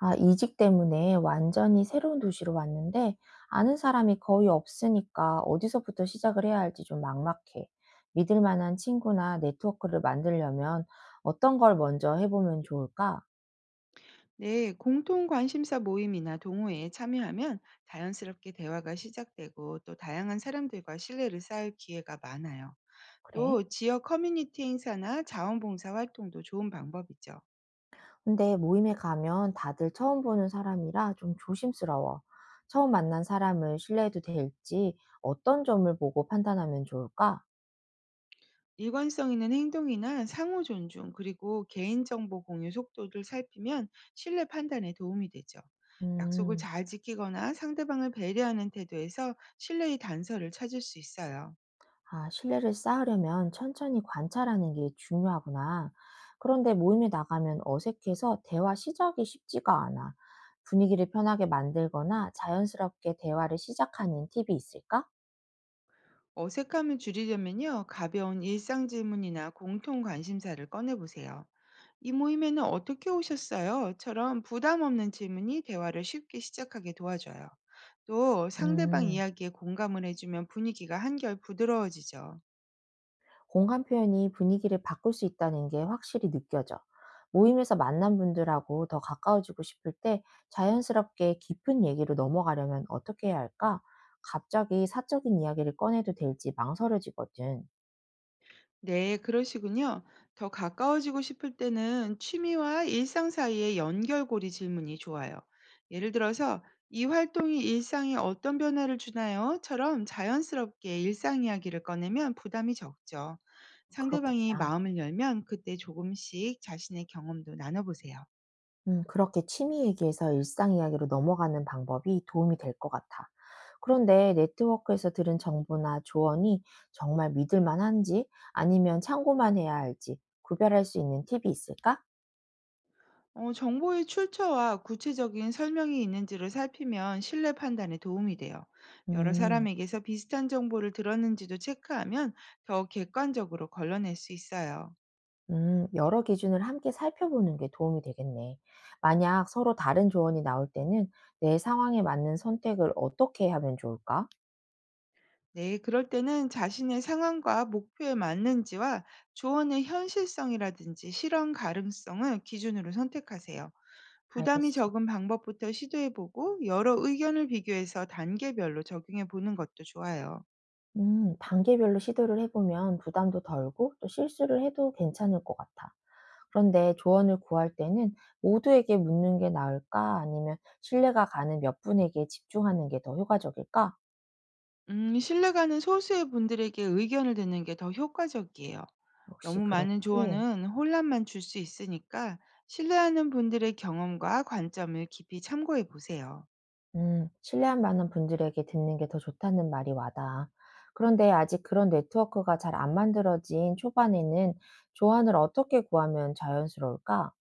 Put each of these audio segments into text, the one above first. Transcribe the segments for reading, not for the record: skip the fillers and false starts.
아, 이직 때문에 완전히 새로운 도시로 왔는데 아는 사람이 거의 없으니까 어디서부터 시작을 해야 할지 좀 막막해. 믿을 만한 친구나 네트워크를 만들려면 어떤 걸 먼저 해보면 좋을까? 네, 공통 관심사 모임이나 동호회에 참여하면 자연스럽게 대화가 시작되고 또 다양한 사람들과 신뢰를 쌓을 기회가 많아요. 그래? 또 지역 커뮤니티 행사나 자원봉사 활동도 좋은 방법이죠. 근데 모임에 가면 다들 처음 보는 사람이라 좀 조심스러워. 처음 만난 사람을 신뢰해도 될지 어떤 점을 보고 판단하면 좋을까? 일관성 있는 행동이나 상호 존중 그리고 개인정보 공유 속도를 살피면 신뢰 판단에 도움이 되죠. 약속을 음. 잘 지키거나 상대방을 배려하는 태도에서 신뢰의 단서를 찾을 수 있어요. 아, 신뢰를 쌓으려면 천천히 관찰하는 게 중요하구나. 그런데 모임에 나가면 어색해서 대화 시작이 쉽지가 않아. 분위기를 편하게 만들거나 자연스럽게 대화를 시작하는 팁이 있을까? 어색함을 줄이려면요, 가벼운 일상 질문이나 공통 관심사를 꺼내보세요. 이 모임에는 어떻게 오셨어요?처럼 부담 없는 질문이 대화를 쉽게 시작하게 도와줘요. 또 상대방 음, 이야기에 공감을 해주면 분위기가 한결 부드러워지죠. 공간 표현이 분위기를 바꿀 수 있다는 게 확실히 느껴져. 모임에서 만난 분들하고 더 가까워지고 싶을 때 자연스럽게 깊은 얘기로 넘어가려면 어떻게 해야 할까? 갑자기 사적인 이야기를 꺼내도 될지 망설여지거든. 네, 그러시군요. 더 가까워지고 싶을 때는 취미와 일상 사이의 연결고리 질문이 좋아요. 예를 들어서, 이 활동이 일상에 어떤 변화를 주나요?처럼 자연스럽게 일상 이야기를 꺼내면 부담이 적죠. 상대방이 그렇겠다. 마음을 열면 그때 조금씩 자신의 경험도 나눠보세요. 그렇게 취미 얘기에서 일상 이야기로 넘어가는 방법이 도움이 될 것 같아. 그런데 네트워크에서 들은 정보나 조언이 정말 믿을 만한지 아니면 참고만 해야 할지 구별할 수 있는 팁이 있을까? 정보의 출처와 구체적인 설명이 있는지를 살피면 신뢰 판단에 도움이 돼요. 여러 음, 사람에게서 비슷한 정보를 들었는지도 체크하면 더 객관적으로 걸러낼 수 있어요. 음, 여러 기준을 함께 살펴보는 게 도움이 되겠네. 만약 서로 다른 조언이 나올 때는 내 상황에 맞는 선택을 어떻게 하면 좋을까? 네, 그럴 때는 자신의 상황과 목표에 맞는지와 조언의 현실성이라든지 실현 가능성을 기준으로 선택하세요. 부담이 알겠어. 적은 방법부터 시도해보고 여러 의견을 비교해서 단계별로 적용해보는 것도 좋아요. 단계별로 시도를 해보면 부담도 덜고 또 실수를 해도 괜찮을 것 같아. 그런데 조언을 구할 때는 모두에게 묻는 게 나을까? 아니면 신뢰가 가는 몇 분에게 집중하는 게 더 효과적일까? 신뢰가는 소수의 분들에게 의견을 듣는 게 더 효과적이에요. 역시 너무 많은 그렇지. 조언은 혼란만 줄 수 있으니까 신뢰하는 분들의 경험과 관점을 깊이 참고해 보세요. 신뢰할 만한 분들에게 듣는 게 더 좋다는 말이 와닿아. 그런데 아직 그런 네트워크가 잘 안 만들어진 초반에는 조언을 어떻게 구하면 자연스러울까?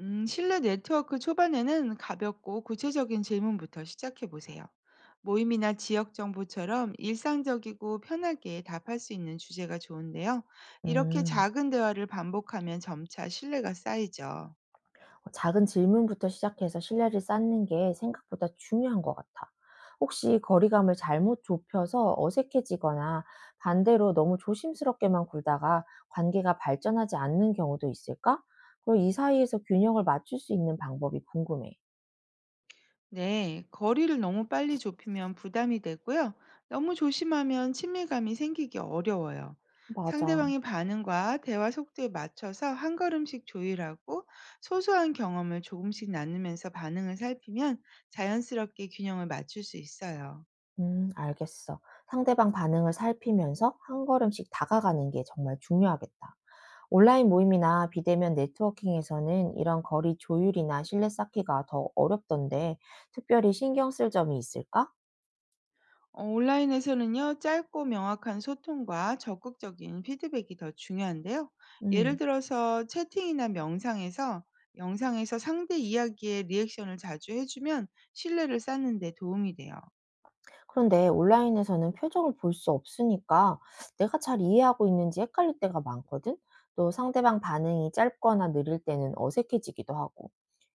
신뢰 네트워크 초반에는 가볍고 구체적인 질문부터 시작해 보세요. 모임이나 지역 정보처럼 일상적이고 편하게 답할 수 있는 주제가 좋은데요. 이렇게 음. 작은 대화를 반복하면 점차 신뢰가 쌓이죠. 어, 작은 질문부터 시작해서 신뢰를 쌓는 게 생각보다 중요한 것 같아. 혹시 거리감을 잘못 좁혀서 어색해지거나 반대로 너무 조심스럽게만 굴다가 관계가 발전하지 않는 경우도 있을까? 그리고 이 사이에서 균형을 맞출 수 있는 방법이 궁금해. 네, 거리를 너무 빨리 좁히면 부담이 되고요. 너무 조심하면 친밀감이 생기기 어려워요. 맞아. 상대방의 반응과 대화 속도에 맞춰서 한 걸음씩 조율하고 소소한 경험을 조금씩 나누면서 반응을 살피면 자연스럽게 균형을 맞출 수 있어요. 알겠어. 상대방 반응을 살피면서 한 걸음씩 다가가는 게 정말 중요하겠다. 온라인 모임이나 비대면 네트워킹에서는 이런 거리 조율이나 신뢰 쌓기가 더 어렵던데 특별히 신경 쓸 점이 있을까? 온라인에서는요, 짧고 명확한 소통과 적극적인 피드백이 더 중요한데요. 예를 음. 들어서 채팅이나 명상에서 영상에서 상대 이야기에 리액션을 자주 해주면 신뢰를 쌓는 데 도움이 돼요. 그런데 온라인에서는 표정을 볼 수 없으니까 내가 잘 이해하고 있는지 헷갈릴 때가 많거든? 또 상대방 반응이 짧거나 느릴 때는 어색해지기도 하고.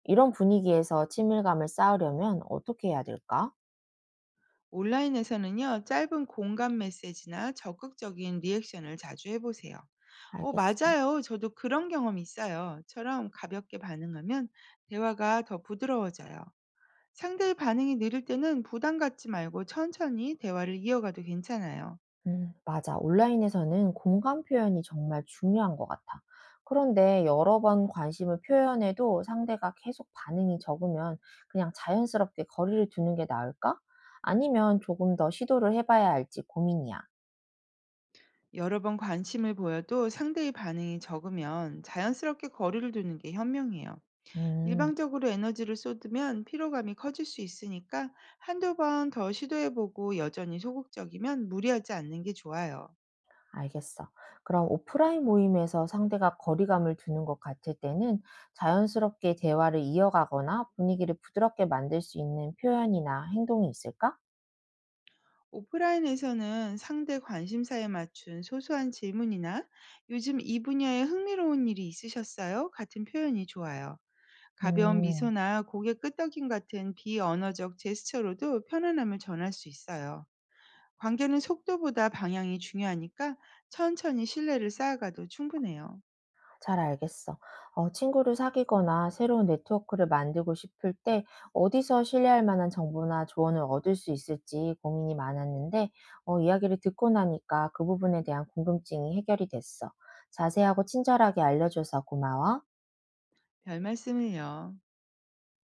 이런 분위기에서 친밀감을 쌓으려면 어떻게 해야 될까? 온라인에서는요, 짧은 공감 메시지나 적극적인 리액션을 자주 해보세요. 어, 알겠어. 맞아요. 저도 그런 경험 있어요.처럼 가볍게 반응하면 대화가 더 부드러워져요. 상대의 반응이 느릴 때는 부담 갖지 말고 천천히 대화를 이어가도 괜찮아요. 맞아. 온라인에서는 공감 표현이 정말 중요한 것 같아. 그런데 여러 번 관심을 표현해도 상대가 계속 반응이 적으면 그냥 자연스럽게 거리를 두는 게 나을까? 아니면 조금 더 시도를 해봐야 할지 고민이야. 여러 번 관심을 보여도 상대의 반응이 적으면 자연스럽게 거리를 두는 게 현명해요. 음, 일방적으로 에너지를 쏟으면 피로감이 커질 수 있으니까 한두 번 더 시도해보고 여전히 소극적이면 무리하지 않는 게 좋아요. 알겠어. 그럼 오프라인 모임에서 상대가 거리감을 두는 것 같을 때는 자연스럽게 대화를 이어가거나 분위기를 부드럽게 만들 수 있는 표현이나 행동이 있을까? 오프라인에서는 상대 관심사에 맞춘 소소한 질문이나 요즘 이 분야에 흥미로운 일이 있으셨어요? 같은 표현이 좋아요. 가벼운 음. 미소나 고개 끄덕임 같은 비언어적 제스처로도 편안함을 전할 수 있어요. 관계는 속도보다 방향이 중요하니까 천천히 신뢰를 쌓아가도 충분해요. 잘 알겠어. 친구를 사귀거나 새로운 네트워크를 만들고 싶을 때 어디서 신뢰할 만한 정보나 조언을 얻을 수 있을지 고민이 많았는데, 이야기를 듣고 나니까 그 부분에 대한 궁금증이 해결이 됐어. 자세하고 친절하게 알려줘서 고마워. 별 말씀을요.